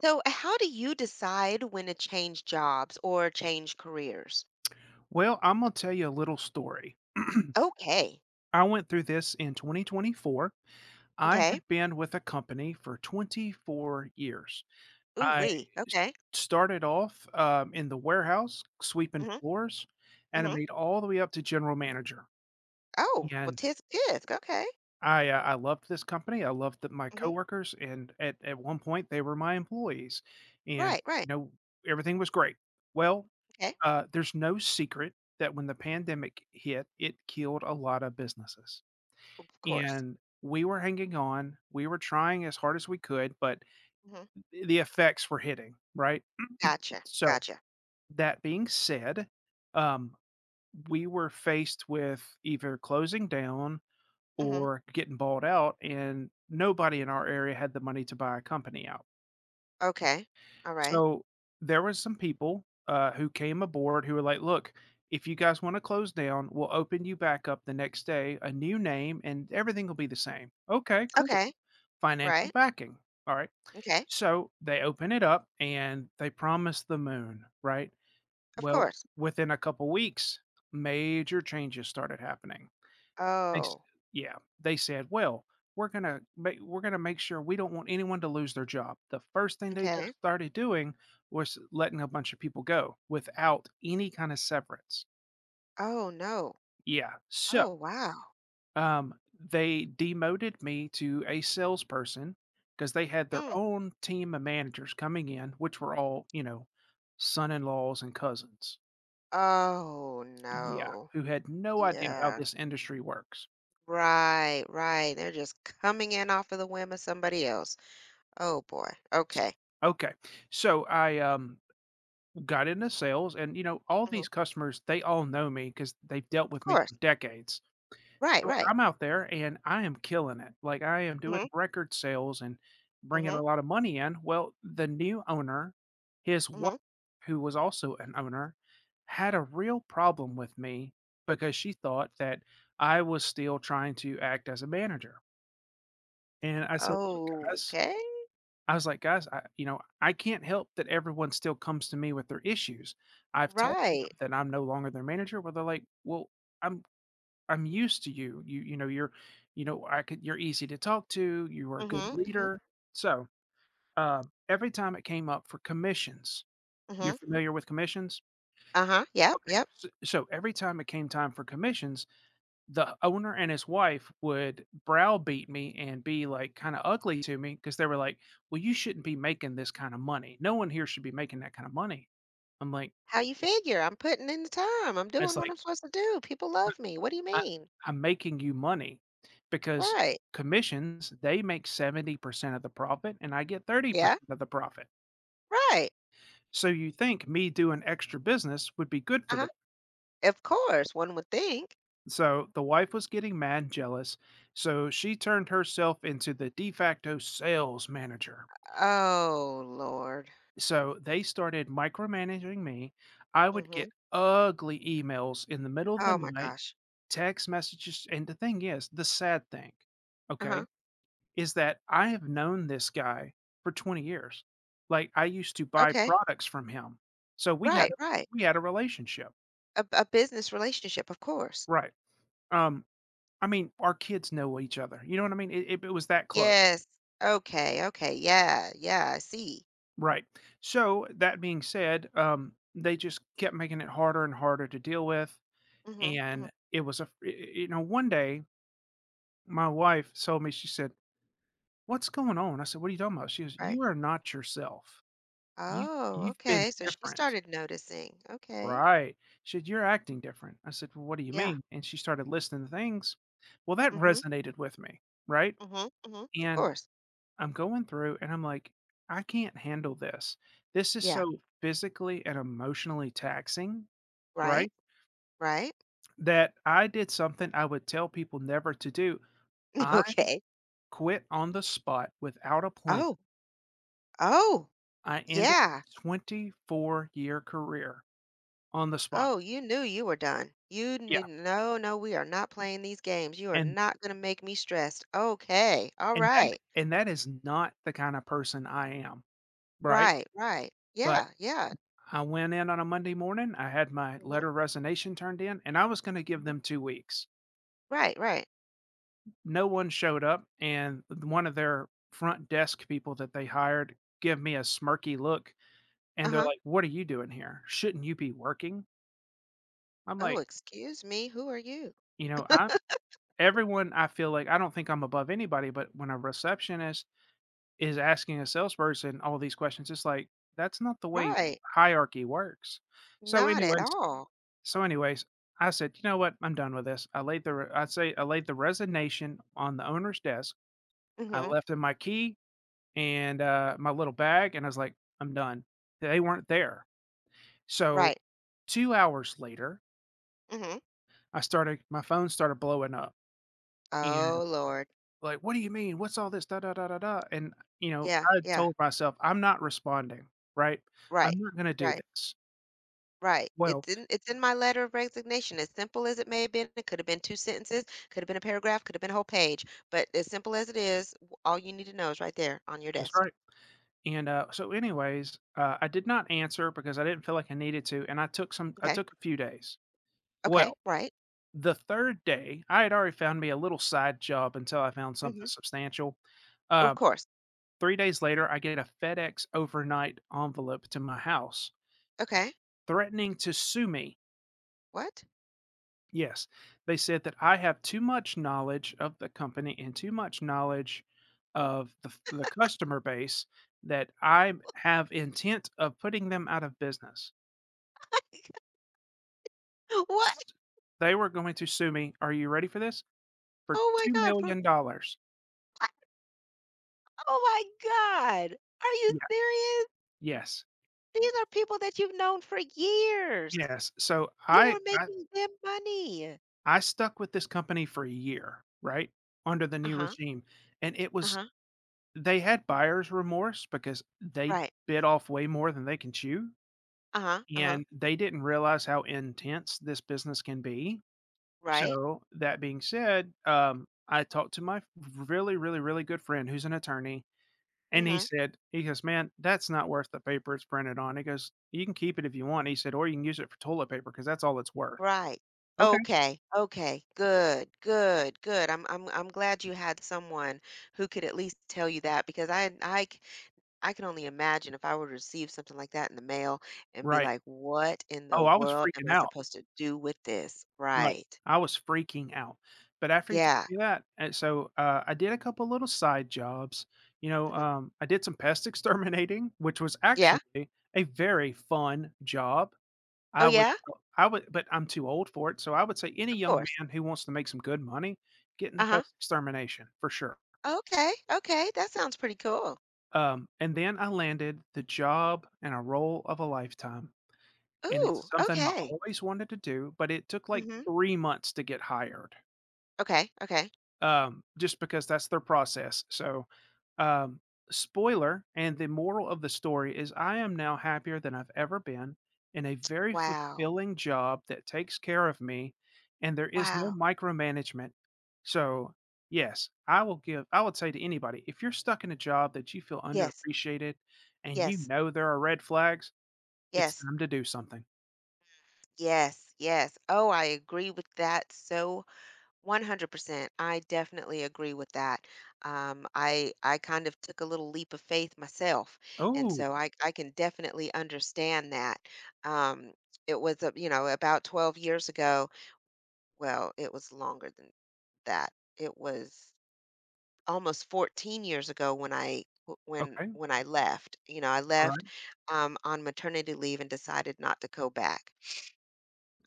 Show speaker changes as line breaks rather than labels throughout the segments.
So, how do you decide when to change jobs or change careers?
Well, I'm going to tell you a little story.
Okay.
I went through this in 2024. I
Okay.
had been with a company for 24 years.
Ooh,
I
wee.
s-
Okay.
Started off in the warehouse, sweeping
Hmm.
floors, and I
Hmm.
made all the way up to general manager.
Oh, well, tisk tisk. Okay.
I loved this company, I loved that my
Hmm.
coworkers, and at one point, they were my employees, and,
Right, right.
you know, everything was great. Well,
Okay.
there's no secret that when the pandemic hit, it killed a lot of businesses,
Of course.
and we were hanging on, we were trying as hard as we could, but
Hmm.
the effects were hitting, right?
Gotcha.
So,
Gotcha.
that being said, um, we were faced with either closing down
Hmm.
or getting bought out, and nobody in our area had the money to buy a company out.
Okay. All right.
So there was some people who came aboard who were like, "Look, if you guys want to close down, we'll open you back up the next day, a new name, and everything will be the same." Okay, cool.
Okay.
Financial
Right.
backing. All right.
Okay.
So they open it up and they promise the moon, right?
Of
Well,
course.
within a couple weeks, major changes started happening. They s
Oh,
Yeah, they said, "Well, we're gonna make sure we don't want anyone to lose their job." The first thing they do
okay.
started doing was letting a bunch of people go without any kind of severance.
Oh, no.
Yeah, so,
Oh, wow.
um, they demoted me to a salesperson because they had their
Mm.
own team of managers coming in, which were all, you know, son-in-laws and cousins.
Oh,
Yeah,
no.
who had no idea how
Yeah.
this industry works.
Right, right. They're just coming in off of the whim of somebody else. Oh boy. Okay.
Okay, so I got into sales and, you know, all
Hmm.
these customers, they all know me because 'cause they've dealt
Of
with me
course.
for decades.
Right,
So
right.
I'm out there and I am killing it. Like I am doing
Hmm.
record sales and bringing
Hmm.
a lot of money in. Well, the new owner, his wife,
Hmm.
who was also an owner, had a real problem with me because she thought that I was still trying to act as a manager. And I said, "Look, guys,
Okay.
I was like, "Guys, I you know, I can't help that everyone still comes to me with their issues. I've told them
Right.
that I'm no longer their manager," where they're like, "Well, I'm I'm used to you. You know, you know, I could you're easy to talk to, you were a good
Hmm. Hmm.
leader." So, every time it came up for commissions, you're
Hmm.
familiar with commissions?
Uh-huh. Yep,
Okay,
yep.
s so every time it came time for commissions, the owner and his wife would browbeat me and be like kind of ugly to me because they were like, "Well, you shouldn't be making this kind of money. No one here should be making that kind of money." I'm like,
How you figure? I'm putting in the time. I'm
it's
doing what
like
I'm supposed to do. People love me. What do you
I,
mean?
I'm making you money because
Right.
commissions, they make 70% of the profit and I get
Yeah.
30% of the profit.
Right.
So you think me doing extra business would be good for
Uh-huh.
them.
Of course, one would think.
So the wife was getting mad and jealous. So she turned herself into the de facto sales manager.
Oh, Lord.
So they started micromanaging me. I would get
Hmm.
ugly emails in the middle of the
Oh my
night,
gosh.
text messages. And the thing is, the sad thing,
Uh-huh.
okay, is that I have known this guy for 20 years. Like I used to buy
Okay.
products from him. So
Right, right.
we had a relationship.
A business relationship, of course.
Right. Um, I mean, our kids know each other. You know what I mean? It was that close.
Yes. Okay, okay. Yeah, yeah, I see.
Right. So that being said, they just kept making it harder and harder to deal with.
Mhm, mhm,
And it was a, you know, one day, my wife told me, she said, "What's going on?" I said, "What are you talking about?" She goes,
right.
"You are not yourself. You've
Oh,
you've been
okay, so she
different."
started noticing. Okay.
Right. She said, "You're acting different." I said, "Well, what do you
Yeah.
mean?" And she started listing the things. Well, that
Mhm,
resonated with me, right?
mhm, mhm. Of
And
course.
I'm going through and I'm like, "I can't handle this. This is
Yeah.
so physically and emotionally taxing,"
Right,
right?
right.
That I did something I would tell people never to do.
Okay.
Quit on the spot without a plan.
Oh, oh,
I ended a
yeah.
24-year career on the spot.
Oh, you knew you were done. You
Yeah,
knew, "No, no, we are not playing these games. You are
and
not gonna make me stressed." Okay. All
and that
right.
and that is not the kind of person I am, right?
Right, right.
But
Yeah, yeah.
I went in on a Monday morning, I had my
Mhm,
letter of resignation turned in, and I was gonna give
mhm.
them 2 weeks.
Right, right.
No one showed up, and one of their front desk people that they hired give me a smirky look, and they're
Uh-huh.
like, "What are you doing here? Shouldn't you be working?" I'm
"Oh,
like,
excuse me, who are you?"
"You know, I everyone I feel like I don't think I'm above anybody, but when a receptionist is asking a salesperson all these questions, it's like, that's not the way
Right.
hierarchy works. So
Not at
anyways
all.
so anyways, I said, "You know what? I'm done with this." I say I laid the resignation on the owner's desk. I
Mhm.
left him my key and, my little bag, and I was like, "I'm done." They weren't there. So
Right.
2 hours later,
Mhm.
I started my phone started blowing up, and
Oh, Lord.
like, "What do you mean? What's all this? Da da da da da." And, you know,
Yeah,
I
yeah.
told myself, "I'm not responding, right?
Right.
I'm not gonna do
Right.
this."
Right. It's
Well,
in it's in my letter of resignation, as simple as it may have been. It could have been 2 sentences, could have been a paragraph, could have been a whole page, but as simple as it is, w all you need to know is right there on your
that's
desk.
right. And, so anyways, I did not answer because I didn't feel like I needed to, and I
Okay.
took a few days.
Okay.
Well,
Right.
the 3rd day, I had already found me a little side job until I found something
Mhm.
substantial.
Of
Uh,
course.
3 days later, I get a FedEx overnight envelope to my house
Okay.
threatening to sue me.
What?
Yes. They said that I have too much knowledge of the company and too much knowledge of the customer base that I have intent of putting them out of business.
What?
S They were going to sue me, are you ready for this? For
Oh my god, for
$2,000,000.
I. Oh my god! Are you
Yeah,
serious?
yes,
These are people that you've known for years.
yes. So
You are making them money.
I stuck with this company for a year, right, under the new
Uh-huh.
regime, and it was
Uh-huh.
they had buyer's remorse because they
Right.
bit off way more than they can chew.
Uh-huh. Uh-huh.
And they didn't realize how intense this business can be.
Right.
So, that being said, I talked to my really, really, really good friend who's an attorney, and he
Mm-hmm.
said, he goes, "Man, that's not worth the paper it's printed on." He goes, "You can keep it if you want." He said, "Or you can use it for toilet paper because that's all it's worth."
Right.
"Okay."
Okay. Okay. Good. Good. Good. I'm glad you had someone who could at least tell you that because I can only imagine if I were to receive something like that in the mail and be
Right.
like, "What in the
Oh, I was
world am
freaking
I
out.
supposed to do with this?"
Right.
Right.
I was freaking out. But after you told
Yeah.
me that and so, I did a couple little side jobs, you know,
Hmm.
I did some pest exterminating, which was
Yeah.
actually a very fun job.
Oh yeah.
I would, but I'm too old for it, so I would say any
Of
young
course.
man who wants to make some good money, get into
Uh-huh.
pest extermination for sure.
Okay, okay, that sounds pretty cool.
And then I landed the job and a role of a lifetime, and it's
Ooh,
something I
okay.
always wanted to do, but it took, like,
Mhm.
3 months to get hired.
Okay, okay.
Just because that's their process. So, um, spoiler and the moral of the story is I am now happier than I've ever been in a very
Wow.
fulfilling job that takes care of me, and there is no
Wow.
micromanagement. So, yes, I would say to anybody, if you're stuck in a job that you feel
Yes.
underappreciated and you
Yes.
know there are red flags, it's
Yes.
time to do something.
Yes. Yes. Oh, I agree with that so 100%. I definitely agree with that. I kind of took a little leap of faith myself, and so
Oh,
I can definitely understand that. Um, it was you know, about 12 years ago. Well, it was longer than that. It was almost 14 years ago when I w- when
okay.
when I left. You know, I
All
left
right.
on maternity leave and decided not to go back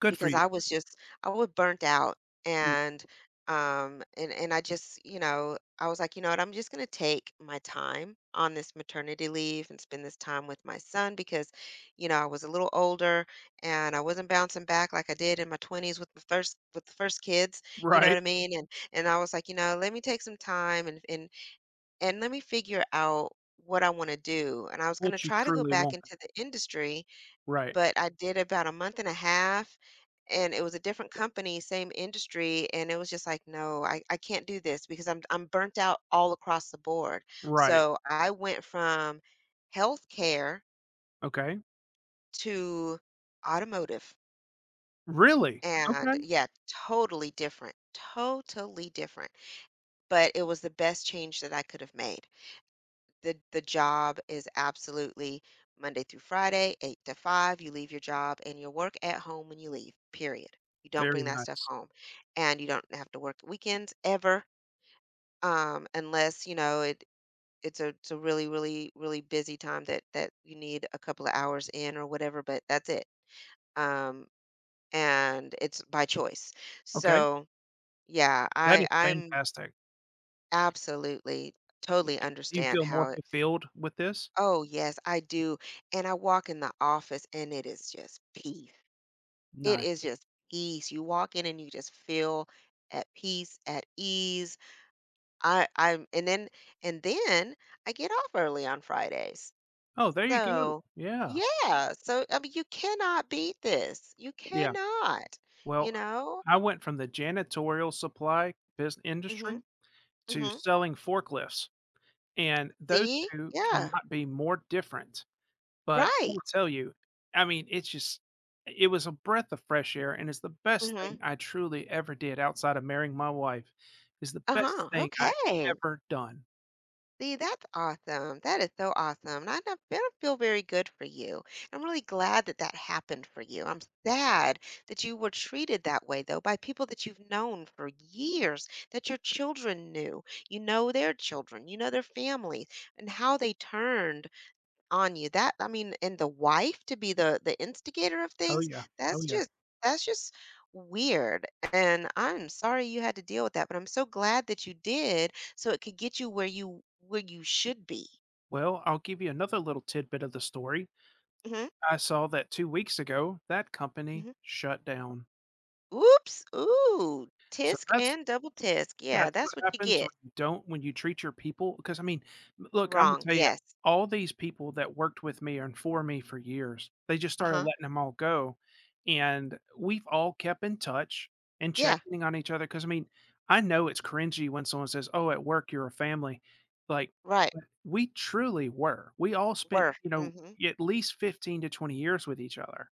Good for
because
you.
I was just I was burnt out
Yeah.
and and I just you know I was like you know what I'm just gonna take my time on this maternity leave and spend this time with my son because you know I was a little older and I wasn't bouncing back like I did in my 20s with the first kids you know what
Right.
I mean and I was like you know let me take some time and let me figure out what I wanna do, and I was gonna
What you
try to go
truly
back
want.
into the industry,
Right.
but I did about a month and a half, and it was a different company, same industry, and it was just like, "No, I can't do this because I'm burnt out all across the board."
Right.
So, I went from healthcare
Okay.
to automotive,
Really? Okay.
and yeah, totally different, but it was the best change that I could have made. The job is absolutely Monday through Friday, 8 to 5. You leave your job and you work at home when you leave, period. You don't
Very
bring that stuff
nice.
home. And you don't have to work weekends ever, unless, you know, it's a really, really, really busy time that you need a couple of hours in or whatever, but that's it. Um, and it's by choice.
Okay.
So yeah,
That
I
is
I'm
fantastic.
absolutely
Do
totally
you
understand
feel more
how.
fulfilled with this?
Oh, yes, I do. And I walk in the office and it is just peace. It is
Nice.
just peace. You walk in and you just feel at peace, at ease. I I'm and then I get off early on Fridays.
Oh, there you go.
So,
Yeah.
yeah. So I mean you cannot beat this. You
Yeah.
cannot. You
Well,
know?
I went from the janitorial supply business
Mhm.
industry to
Mhm.
selling forklifts, and those
See?
2
Yeah.
cannot be more different. But I
Right.
will tell you, I mean, it was a breath of fresh air, and it's the best
Mhm.
thing I truly ever did outside of marrying my wife. Is the best
Uh-huh.
thing I
Okay.
ever done.
See, that's awesome. That is so awesome. And I don't feel very good for you. I'm really glad that that happened for you. I'm sad that you were treated that way, though, by people that you've known for years, that your children knew. You know their children, you know their families, and how they turned on you. That I mean, and the wife to be the instigator of
Oh,
things,
yeah. Oh,
that's
yeah.
just that's just weird. And I'm sorry you had to deal with that, but I'm so glad that you did so it could get you where you should be.
Well, I'll give you another little tidbit of the story.
Mhm.
I saw that 2 weeks ago, that company
Mhm.
shut down.
Oops. Ooh.
So
Tisk
that's
and double tisk. Yeah,
That's what
that's what you
happens when
get.
you don't when you treat your people. Because I mean, look, Imma
Wrong.
tell you,
Yes.
all these people that worked with me and for me for years, they just started
Uh-huh.
letting them all go, and we've all kept in touch and
Yeah.
checking on each other. Because I mean, I know it's cringy when someone says, "Oh, at work, you're a family." Like,
Right.
but we truly were. We all spent,
Were.
you know,
Mhm.
at least 15 to 20 years with each other.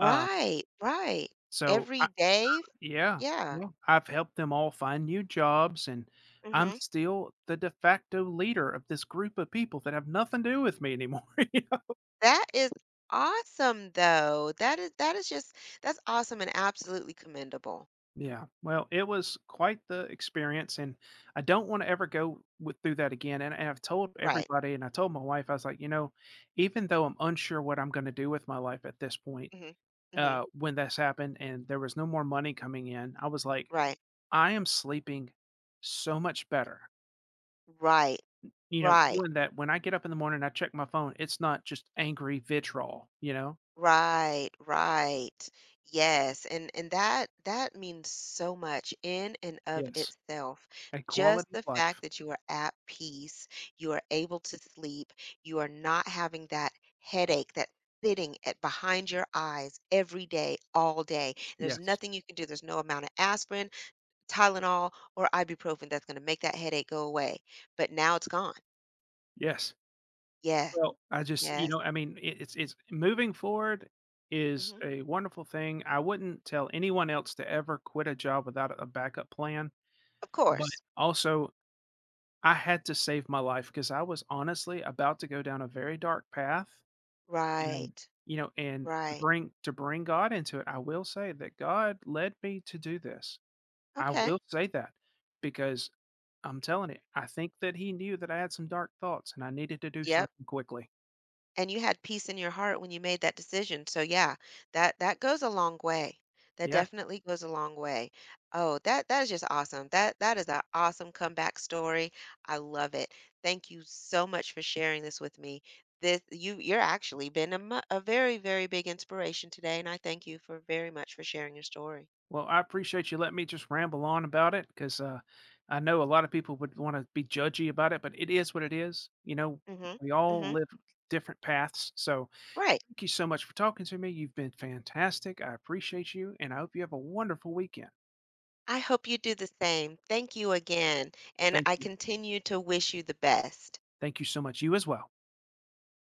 Um,
Right.
so
Every day.
yeah,
Yeah.
yeah. I've helped them all find new jobs, and I'm
Mhm.
still the de facto leader of this group of people that have nothing to do with me anymore. Yeah.
That is awesome, though. That is just that's awesome and absolutely commendable.
Yeah. Well, it was quite the experience, and I don't want to ever through that again. And I've told
Right.
everybody, and I told my wife, I was like, you know, even though I'm unsure what I'm going to do with my life at this point,
Mhm. Mhm.
when this happened and there was no more money coming in, I was like,
Right.
I am sleeping so much better.
Right.
You know,
Right.
knowing that when I get up in the morning, I check my phone, it's not just angry vitriol, you know?
Right. Right. Yes. And that that means so much in and of
Yes,
itself.
a
Just
quality of
the fact
life.
that you are at peace, you are able to sleep, you are not having that headache, that sitting at behind your eyes every day, all day. There's
Yes,
nothing you can do. There's no amount of aspirin. Tylenol or ibuprofen that's gonna make that headache go away, but now it's gone.
yes.
Yes,
Well, I just you
yes.
know, I mean, it's moving forward is
Mhm.
a wonderful thing. I wouldn't tell anyone else to ever quit a job without a backup plan,
Of
but
course.
also I had to save my life because I was honestly about to go down a very dark path, and
Right,
you know, and
right.
to bring God into it, I will say that God led me to do this. I
Okay.
will say that because I'm telling you, I think that he knew that I had some dark thoughts and I needed to do
Yep.
something quickly.
And you had peace in your heart when you made that decision. So yeah, that that goes a long way. That
Yeah.
definitely goes a long way. Oh, that that is just awesome. That that is an awesome comeback story. I love it. Thank you so much for sharing this with me. This you're actually been a, a very very big inspiration today, and I thank you for very much for sharing your story.
Well, I appreciate you letting me just ramble on about it because I know a lot of people would want to be judgy about it, but it is what it is. You know,
Mhm.
we all
Mhm.
live different paths. So
Right.
thank you so much for talking to me. You've been fantastic. I appreciate you and I hope you have a wonderful weekend.
I hope you do the same. Thank you again, and
Thank
I
you.
continue to wish you the best.
Thank you so much. You as well.